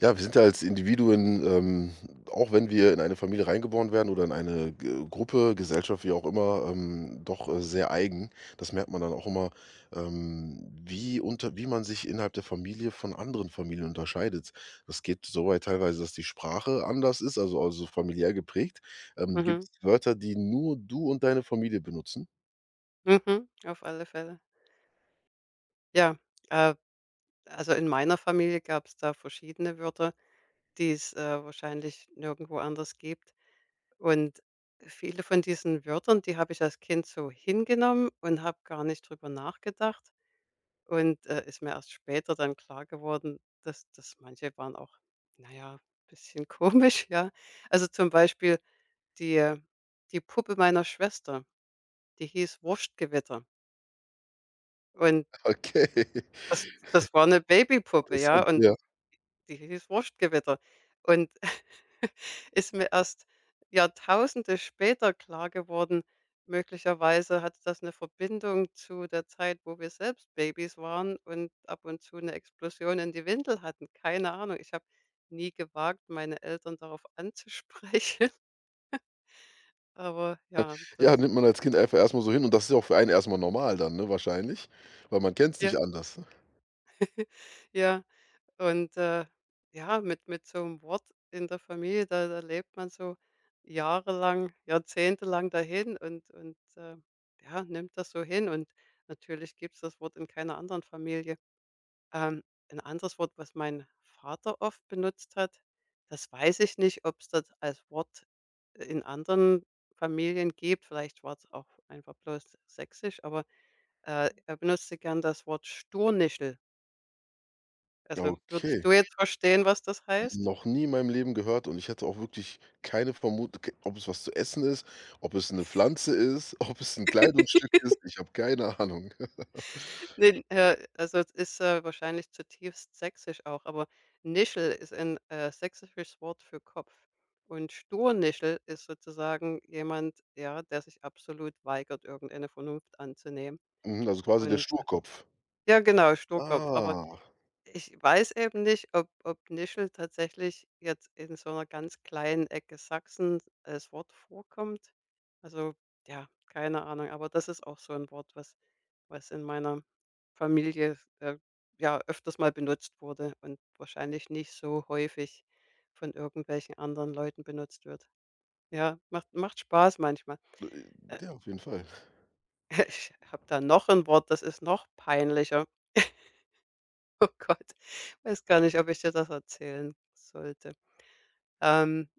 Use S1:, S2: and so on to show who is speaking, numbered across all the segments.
S1: Ja, wir sind ja als Individuen, auch wenn wir in eine Familie reingeboren werden oder in eine G Gruppe, Gesellschaft, wie auch immer, doch sehr eigen. Das merkt man dann auch immer, wie man sich innerhalb der Familie von anderen Familien unterscheidet. Das geht soweit teilweise, dass die Sprache anders ist, also familiär geprägt. Gibt
S2: Mhm,
S1: es Wörter, die nur du und deine Familie benutzen?
S2: mhm, auf alle Fälle. Ja, äh, also in meiner Familie gab es da verschiedene Wörter, die es, wahrscheinlich nirgendwo anders gibt. Und viele von diesen Wörtern, die habe ich als Kind so hingenommen und habe gar nicht drüber nachgedacht und, ist mir erst später dann klar geworden, dass manche waren auch, naja, ja, bisschen komisch, ja. Also, zum Beispiel die die Puppe meiner Schwester, die hieß Wurstgewitter und
S1: Okay,
S2: Das das war eine Babypuppe,
S1: interessant,
S2: ja, und
S1: ja.
S2: die hieß Wurstgewitter. Und ist mir erst Jahrtausende später klar geworden, möglicherweise hatte das eine Verbindung zu der Zeit, wo wir selbst Babys waren und ab und zu eine Explosion in die Windel hatten. Keine Ahnung. Ich habe nie gewagt, meine Eltern darauf anzusprechen, aber ja,
S1: Ja,
S2: das
S1: nimmt man als Kind einfach erstmal so hin und das ist ja auch für einen erstmal normal dann, ne, wahrscheinlich, weil man kennt es nicht
S2: ja,
S1: anders.
S2: ja. Und, äh, ja, mit so einem Wort in der Familie, da lebt man so jahrelang, jahrzehntelang dahin und ja, nimmt das so hin. Und natürlich gibt's das Wort in keiner anderen Familie. Ähm, 'N anderes Wort, was mein Vater oft benutzt hat, das weiß ich nicht, ob es das als Wort in anderen Familien gibt. Vielleicht war es auch einfach bloß sächsisch, aber, er benutzte gern das Wort Sturnichel. Also, würdest
S1: Okay,
S2: du jetzt verstehen, was das heißt?
S1: noch nie in meinem Leben gehört und ich hätte auch wirklich keine Vermutung, k ob es was zu essen ist, ob es eine Pflanze ist, ob es ein Kleidungsstück ist. Ich habe keine Ahnung.
S2: Ne, also es ist, wahrscheinlich zutiefst sächsisch auch, aber Nischel ist ein, sächsisches Wort für Kopf. Und Sturnischel ist sozusagen jemand, ja, der sich absolut weigert, irgendeine Vernunft anzunehmen.
S1: Mhm, also quasi der
S2: Und äh,
S1: Sturkopf.
S2: ja, genau, Sturkopf, aber
S1: Ah,
S2: ich weiß eben nicht, ob Nischel tatsächlich jetzt in so einer ganz kleinen Ecke Sachsen als Wort vorkommt. Also, ja, keine Ahnung, aber das ist auch so ein Wort, was in meiner Familie, ja, öfters mal benutzt wurde und wahrscheinlich nicht so häufig von irgendwelchen anderen Leuten benutzt wird. Ja, macht Spaß manchmal.
S1: äh,
S2: Äh,
S1: ja, auf jeden Fall.
S2: ich habe da noch ein Wort, das ist noch peinlicher. Oh Gott, weiß gar nicht, ob ich dir das erzählen sollte. Ähm,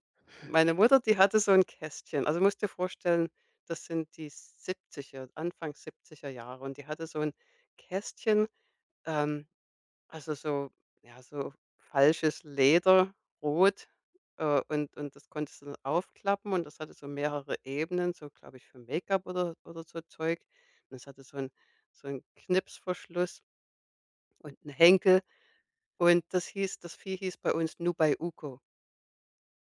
S2: Meine Mutter, die hatte so 'n Kästchen. Also, musst dir vorstellen, das sind die 70er, Anfang 70er Jahre und die hatte so 'n Kästchen, ähm, also, so ja, so falsches Leder, rot, und das konntest du dann aufklappen und das hatte so mehrere Ebenen, so glaube ich für Make-up oder so Zeug. Und das hatte so 'n Knipsverschluss und 'n Henkel. Und das Vieh hieß bei uns Nubai Uko.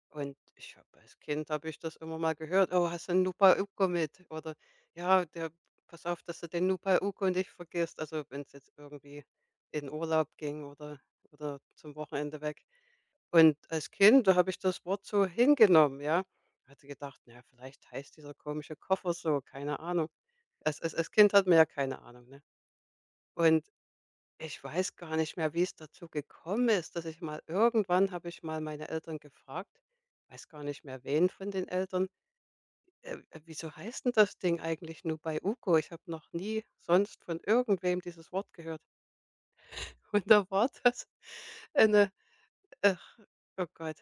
S2: Und ich habe als Kind habe ich das immer mal gehört: „Oh, hast du 'n Nubai Uko mit?“ Oder: „Ja, der pass auf, dass du den Nubai Uko nicht vergisst.“ Also, wenn es jetzt irgendwie in Urlaub ging oder zum Wochenende weg. Und als Kind, da habe ich das Wort so hingenommen, ja. Hatte gedacht: „Na ja, vielleicht heißt dieser komische Koffer so“, keine Ahnung. Als Kind hat man ja keine Ahnung, ne? Und ich weiß gar nicht mehr, wie es dazu gekommen ist, dass ich mal irgendwann habe ich mal meine Eltern gefragt weiß gar nicht mehr wen von den Eltern: Wieso heißt denn das Ding eigentlich nur bei Uko? Ich habe noch nie sonst von irgendwem dieses Wort gehört.“ Und da war das eine ach, oh Gott,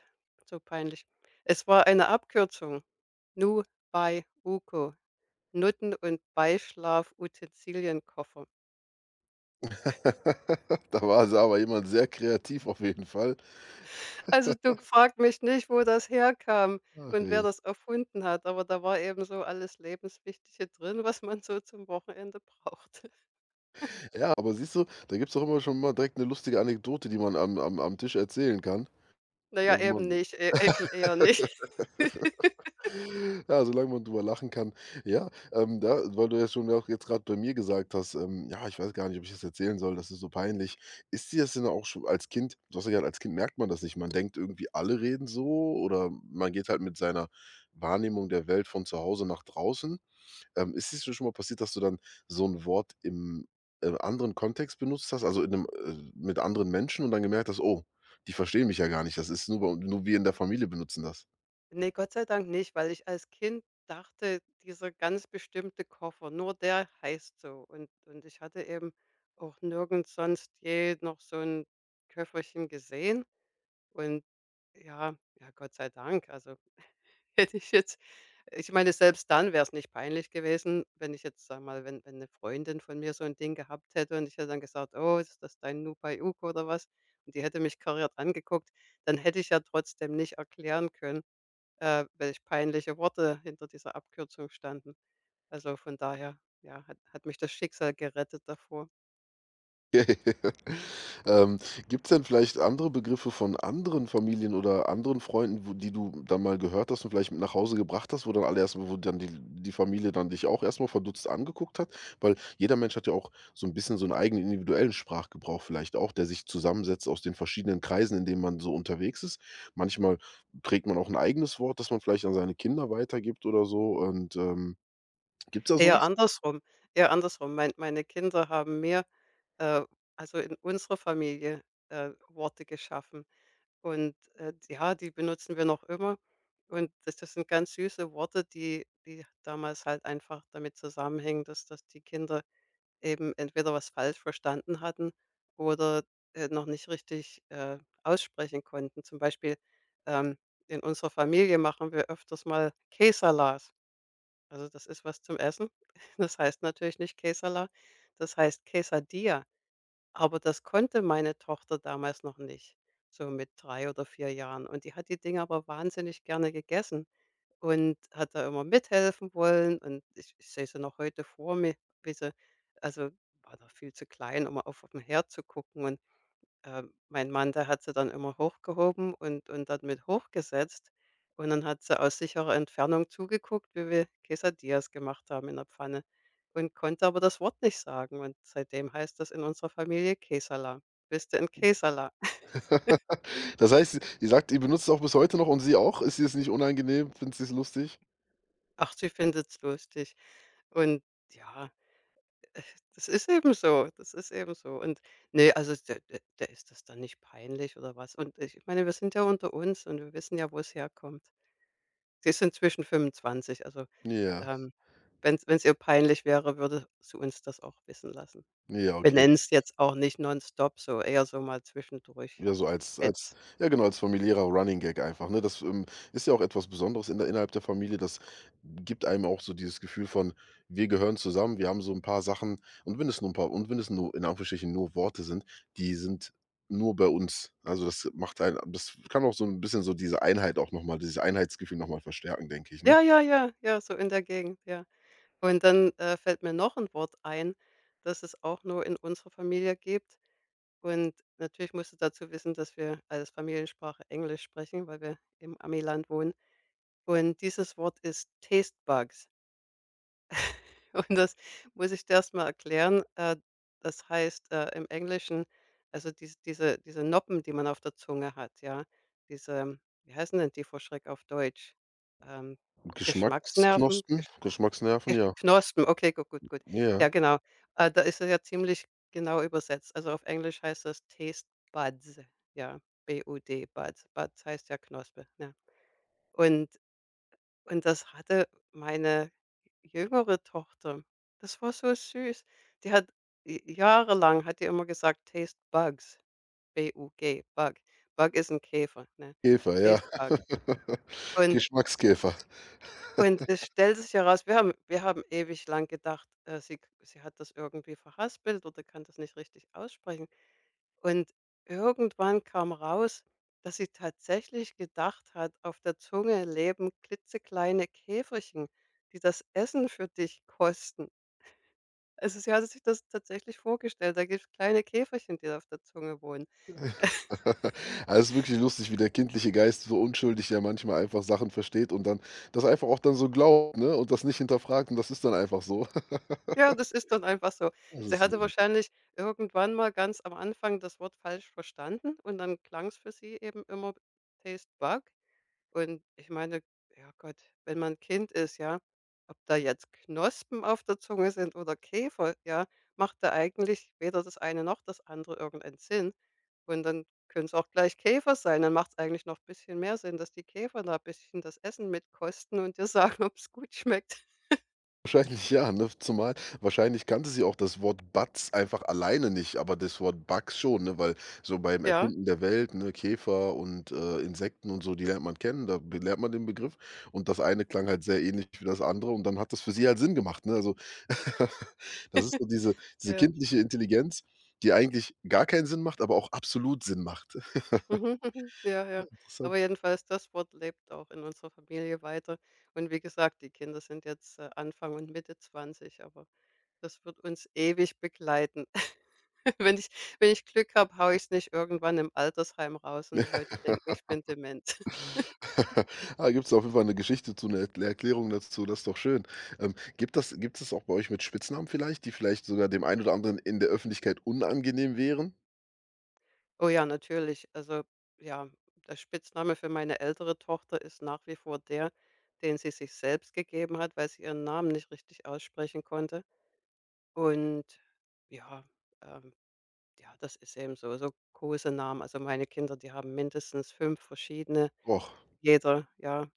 S2: so peinlich. Es war eine Abkürzung. Nu bei Uko, Nutten und Beischlaf-Utensilienkoffer.
S1: Da war also aber jemand sehr kreativ auf jeden Fall.
S2: Also, du frag mich nicht, wo das herkam
S1: Ach
S2: und wer
S1: ey.
S2: das erfunden hat, aber da war eben so alles Lebenswichtige drin, was man so zum Wochenende brauchte.
S1: Ja, aber siehst du, da gibt es doch immer schon mal direkt eine lustige Anekdote, die man am Tisch erzählen kann.
S2: Na ja,
S1: Ja, wo
S2: eben
S1: man
S2: nicht, e eben eher nicht.
S1: ja, solange man drüber lachen kann. Ja, da weil du ja schon auch jetzt gerade bei mir gesagt hast, „Ja, ich weiß gar nicht, ob ich das erzählen soll, das ist so peinlich.“ Ist dir das denn auch schon als Kind du hast ja gesagt, als Kind merkt man das nicht. Man denkt irgendwie, alle reden so oder man geht halt mit seiner Wahrnehmung der Welt von zu Hause nach draußen. Ist es dir schon mal passiert, dass du dann so ein Wort im, anderen Kontext benutzt hast, also in einem mit anderen Menschen und dann gemerkt hast: „Oh, die verstehen mich ja gar nicht. Das ist nur wir in der Familie benutzen das.“
S2: Ne, Gott sei Dank nicht, weil ich als Kind dachte, dieser ganz bestimmte Koffer, nur der heißt so. Und ich hatte eben auch nirgends sonst je noch so ein Köfferchen gesehen und ja, ja, Gott sei Dank, also hätte ich jetzt ich meine, selbst dann wäre es nicht peinlich gewesen, wenn ich jetzt, sage mal wenn eine Freundin von mir so ein Ding gehabt hätte und ich hätte dann gesagt: „Oh, ist das dein Nupaiuk oder was?“ Und die hätte mich kariert angeguckt, dann hätte ich ja trotzdem nicht erklären können, welch peinliche Worte hinter dieser Abkürzung standen. Also, von daher, ja, hat mich das Schicksal gerettet davor.
S1: Ähm, Gibt es denn vielleicht andere Begriffe von anderen Familien oder anderen Freunden, wo die du dann mal gehört hast und vielleicht mit nach Hause gebracht hast, wo dann die Familie dann dich auch erstmal verdutzt angeguckt hat? Weil jeder Mensch hat ja auch so ein bisschen so einen eigenen individuellen Sprachgebrauch vielleicht auch, der sich zusammensetzt aus den verschiedenen Kreisen, in denen man so unterwegs ist. Manchmal trägt man auch ein eigenes Wort, das man vielleicht an seine Kinder weitergibt oder so und, gibt es da
S2: Eher
S1: sowas?
S2: andersrum Eher andersrum. Meine Kinder haben mir, äh, also in unserer Familie, Worte geschaffen. Und, ja, die benutzen wir noch immer. Und das sind ganz süße Worte, die damals halt einfach damit zusammenhängen, dass die Kinder eben entweder was falsch verstanden hatten oder, noch nicht richtig, aussprechen konnten. Zum Beispiel, ähm, in unserer Familie machen wir öfters mal Quesalas. Also, das ist was zum Essen. Das heißt natürlich nicht Quesala, das heißt Quesadilla. Aber das konnte meine Tochter damals noch nicht, so mit 3 oder 4 Jahren. Und die hat die Dinger aber wahnsinnig gerne gegessen und hat da immer mithelfen wollen. Und ich sehe sie noch heute vor mir, wie sie also, war noch viel zu klein, um auf 'n Herd zu gucken und äh, mein Mann, der hat sie dann immer hochgehoben und dann mit hochgesetzt. Und dann hat sie aus sicherer Entfernung zugeguckt, wie wir Quesadillas gemacht haben in der Pfanne und konnte aber das Wort nicht sagen. Und seitdem heißt das in unserer Familie Quesala. Bist du in Quesala?
S1: Das heißt, ihr sagt, ihr benutzt es auch bis heute noch und sie auch? Ist ihr es nicht unangenehm? Findet sie es lustig?
S2: Ach, sie findet es lustig. Und ja, äh, das ist eben so. Das ist eben so. Und ne, also der ist das dann nicht peinlich oder was. Und ich meine, wir sind ja unter uns und wir wissen ja, wo es herkommt. Sie ist inzwischen 25, also,
S1: Ja,
S2: ähm, wenn's ihr peinlich wäre, würde sie uns das auch wissen lassen.
S1: ja,
S2: Wir
S1: okay.
S2: nennen's jetzt auch nicht nonstop so, eher so mal zwischendurch
S1: Ja, so
S2: als
S1: als als
S2: Witz.
S1: ja genau, als familiärer Running Gag einfach, ne? Das, ist ja auch etwas Besonderes in der innerhalb der Familie. Das gibt einem auch so dieses Gefühl von: „Wir gehören zusammen, wir haben so 'n paar Sachen“ und wenn es nur 'n paar und wenn es nur in Anführungsstrichen nur Worte sind, die sind nur bei uns. Also, das macht einen das kann auch so 'n bisschen so diese Einheit auch noch mal dieses Einheitsgefühl noch mal verstärken, denke ich, ne?
S2: Ja, so in der Gegend, ja. Und dann, fällt mir noch 'n Wort ein, das es auch nur in unserer Familie gibt. Und natürlich musst du dazu wissen, dass wir als Familiensprache Englisch sprechen, weil wir im Amiland wohnen. Und dieses Wort ist Tastebugs. Und das muss ich dir erst mal erklären. Das heißt, im Englischen also diese Noppen, die man auf der Zunge hat, ja, diese wie heißen denn die vor Schreck auf Deutsch? Ähm, Geschmacksnerven?
S1: Geschmacksknospen,
S2: Gesch
S1: Geschmacksnerven,
S2: Ge
S1: ja.
S2: Knospen, okay, gut, gut, gut.
S1: Ja,
S2: Ja, genau. Da ist es ja ziemlich genau übersetzt. Also, auf Englisch heißt das Taste Buds, ja, B-U-D, Buds. Buds heißt ja Knospe, ja. Und das hatte meine jüngere Tochter. Das war so süß. Die hat j jahrelang hat die immer gesagt: „Taste bugs“, B-U-G, Bug. Bug ist ein Käfer, ne?
S1: Käfer, ja.
S2: Taste bugs. Und
S1: Geschmackskäfer.
S2: und es stellt sich heraus, wir haben ewig lang gedacht, sie hat das irgendwie verhaspelt oder kann das nicht richtig aussprechen. Und irgendwann kam raus, dass sie tatsächlich gedacht hat, auf der Zunge leben klitzekleine Käferchen, die das Essen für dich kosten. Also sie hatte sich das tatsächlich vorgestellt, da gibt es kleine Käferchen, die auf der Zunge wohnen.
S1: Also, es ist wirklich lustig, wie der kindliche Geist so unschuldig ja manchmal einfach Sachen versteht und dann das einfach auch dann so glaubt, ne, und das nicht hinterfragt und das ist dann einfach so.
S2: Ja, das ist dann einfach so.
S1: Das
S2: Sie
S1: ist so.
S2: hatte wahrscheinlich irgendwann mal ganz am Anfang das Wort falsch verstanden und dann klang es für sie eben immer Taste Bug. Und ich meine, ja Gott, wenn man Kind ist, ja, ob da jetzt Knospen auf der Zunge sind oder Käfer, ja, macht da eigentlich weder das eine noch das andere irgendeinen Sinn. Und dann können es auch gleich Käfer sein. Dann macht es eigentlich noch ein bisschen mehr Sinn, dass die Käfer da ein bisschen das Essen mitkosten und dir sagen, ob es gut schmeckt.
S1: Wahrscheinlich ja, ne? Zumal wahrscheinlich kannte sie auch das Wort Batz einfach alleine nicht, aber das Wort Bugs schon, ne? Weil so beim
S2: Ja,
S1: Erkunden der Welt, ne, Käfer und, Insekten und so, die lernt man kennen, da be lernt man den Begriff und das eine klang halt sehr ähnlich wie das andere und dann hat das für sie halt Sinn gemacht, ne? Also, das ist so diese
S2: ja.
S1: kindliche Intelligenz, die eigentlich gar keinen Sinn macht, aber auch absolut Sinn macht.
S2: Mhm, mhm. Ja, ja. Aber
S1: Interessant.
S2: jedenfalls, das Wort lebt auch in unserer Familie weiter. Und wie gesagt, die Kinder sind jetzt, Anfang und Mitte 20 aber das wird uns ewig begleiten. Wenn ich Wenn ich Glück habe, haue ich es nicht irgendwann im Altersheim raus und die Leute denken, ich bin dement.
S1: Ah, gibt's auf jeden Fall 'ne Geschichte zu, 'ne Erklärung dazu, das ist doch schön. Gibt es auch bei euch mit Spitznamen vielleicht, die vielleicht sogar dem einen oder anderen in der Öffentlichkeit unangenehm wären?
S2: Oh ja, natürlich. Also, ja, der Spitzname für meine ältere Tochter ist nach wie vor der, den sie sich selbst gegeben hat, weil sie ihren Namen nicht richtig aussprechen konnte. Und ja, ähm, ja, das ist eben so so Kosenamen. Also, meine Kinder, die haben mindestens 5 verschiedene.
S1: Och,
S2: Jeder, ja.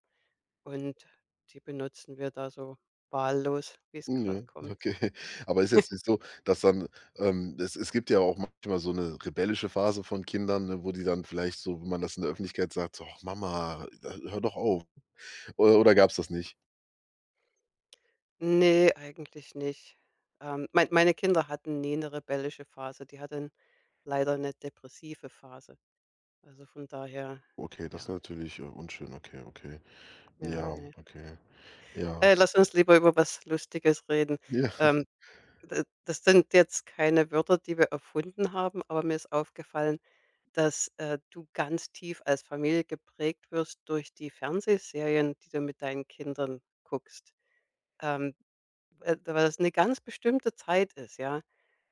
S2: Und die benutzen wir da so wahllos, wie es
S1: hm,
S2: gerade
S1: ja,
S2: kommt.
S1: okay. Aber ist jetzt nicht so, dass dann es es gibt ja auch manchmal so eine rebellische Phase von Kindern, ne, wo die dann vielleicht so, wenn man das in der Öffentlichkeit sagt, so: „Och, Mama, hör doch auf.“ Oder gab's das nicht?
S2: Ne, eigentlich nicht. Mein meine Kinder hatten nie eine rebellische Phase, die hatten leider eine depressive Phase. Also, von daher,
S1: Okay, das ist
S2: ja,
S1: natürlich, unschön. Okay, okay.
S2: ja,
S1: Ja,
S2: ne.
S1: okay. Ja.
S2: Lass uns lieber über was Lustiges reden.
S1: Ja,
S2: Ähm, d Das sind jetzt keine Wörter, die wir erfunden haben, aber mir ist aufgefallen, dass, du ganz tief als Familie geprägt wirst durch die Fernsehserien, die du mit deinen Kindern guckst. Ähm, Weil das 'ne ganz bestimmte Zeit ist, ja?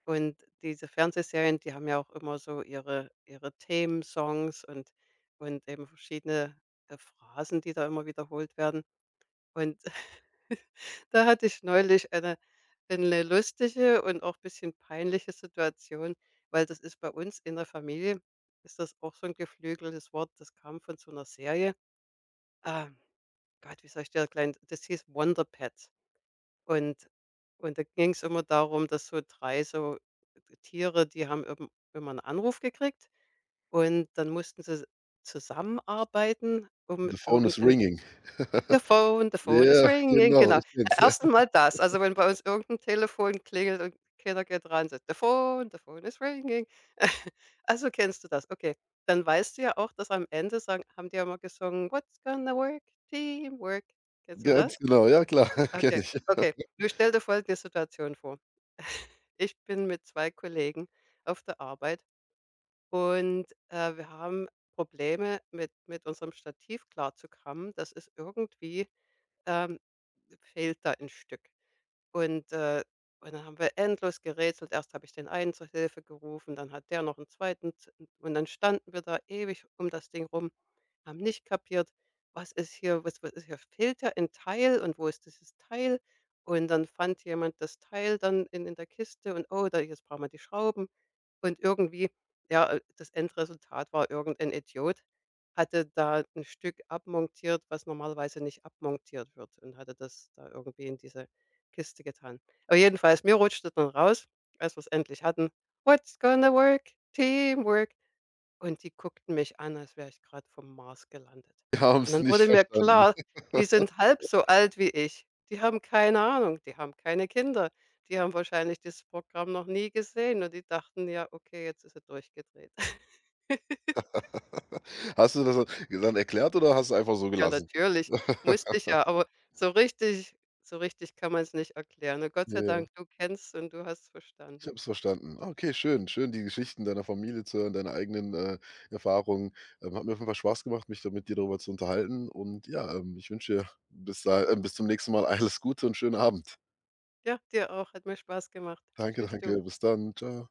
S2: Und diese Fernsehserien, die haben ja auch immer so ihre Themensongs und eben verschiedene, Phrasen, die da immer wiederholt werden. Und da hatte ich neulich eine lustige und auch ein bisschen peinliche Situation, weil das ist bei uns in der Familie ist das auch so ein geflügeltes Wort, das kam von so einer Serie. Ah, Gott, wie soll ich dir erklären? Das hieß „Wonder Pets“. Und und da ging es immer darum, dass so 3 so Tiere, die haben eben immer einen Anruf gekriegt und dann mussten sie zusammenarbeiten, um
S1: the phone is
S2: irgendein 'n
S1: ringing.
S2: „The phone, the phone is
S1: Ja,
S2: ringing“,
S1: genau,
S2: genau.
S1: ich kenne
S2: E
S1: es, ja.
S2: Erst einmal das. Also, wenn bei uns irgendein Telefon klingelt und keiner geht ran, so: „The phone, the phone is ringing.“ Also, kennst du das, okay. Dann weißt du ja auch, dass am Ende sagen haben die ja mal gesungen: „What's gonna work? Teamwork.“ Kennst du
S1: Ganz
S2: das?
S1: genau, ja klar, kenne
S2: Okay,
S1: ich.
S2: okay. Du stell dir folgende Situation vor. Ich bin mit 2 Kollegen auf der Arbeit und, wir haben Probleme mit unserem Stativ klarzukommen. Das ist irgendwie, ähm fehlt da ein Stück. Und, äh und dann haben wir endlos gerätselt. Erst habe ich den einen zur Hilfe gerufen, dann hat der noch einen zweiten z und dann standen wir da ewig um das Ding rum, haben nicht kapiert, was ist hier fehlt ja ein Teil und wo ist dieses Teil? Und dann fand jemand das Teil dann in der Kiste und: „Oh, da jetzt brauchen wir die Schrauben.“ Und irgendwie, ja, das Endresultat war, irgendein Idiot hatte da ein Stück abmontiert, was normalerweise nicht abmontiert wird und hatte das da irgendwie in diese Kiste getan. Aber jedenfalls, mir rutschte dann raus, als wir es endlich hatten: „What's gonna work? Teamwork.“ Und die guckten mich an, als wäre ich gerade vom Mars gelandet.
S1: Wir haben
S2: Und
S1: es
S2: dann
S1: nicht
S2: wurde mir
S1: verstanden.
S2: klar, die sind halb so alt wie ich. Die haben keine Ahnung, die haben keine Kinder. Die haben wahrscheinlich dieses Programm noch nie gesehen und die dachten: „Ja, okay, jetzt ist er durchgedreht.“
S1: Hast du das dann erklärt oder hast du einfach so
S2: Ja,
S1: gelassen?
S2: natürlich, musste ich ja, aber so richtig so richtig kann man es nicht erklären. Und Gott sei
S1: Ja,
S2: Dank, du kennst und du hast
S1: ich
S2: verstanden.
S1: habe es verstanden. Ah, okay, schön, schön, die Geschichten deiner Familie zu hören, deine eigenen, Erfahrungen. Hat mir auf jeden Fall Spaß gemacht, mich da mit dir darüber zu unterhalten und ja, ich wünsche dir bis zum nächsten Mal alles Gute und schönen Abend.
S2: Ja, dir auch. Hat mir Spaß gemacht.
S1: Danke,
S2: Tschüss du.
S1: danke. Bis dann. Ciao.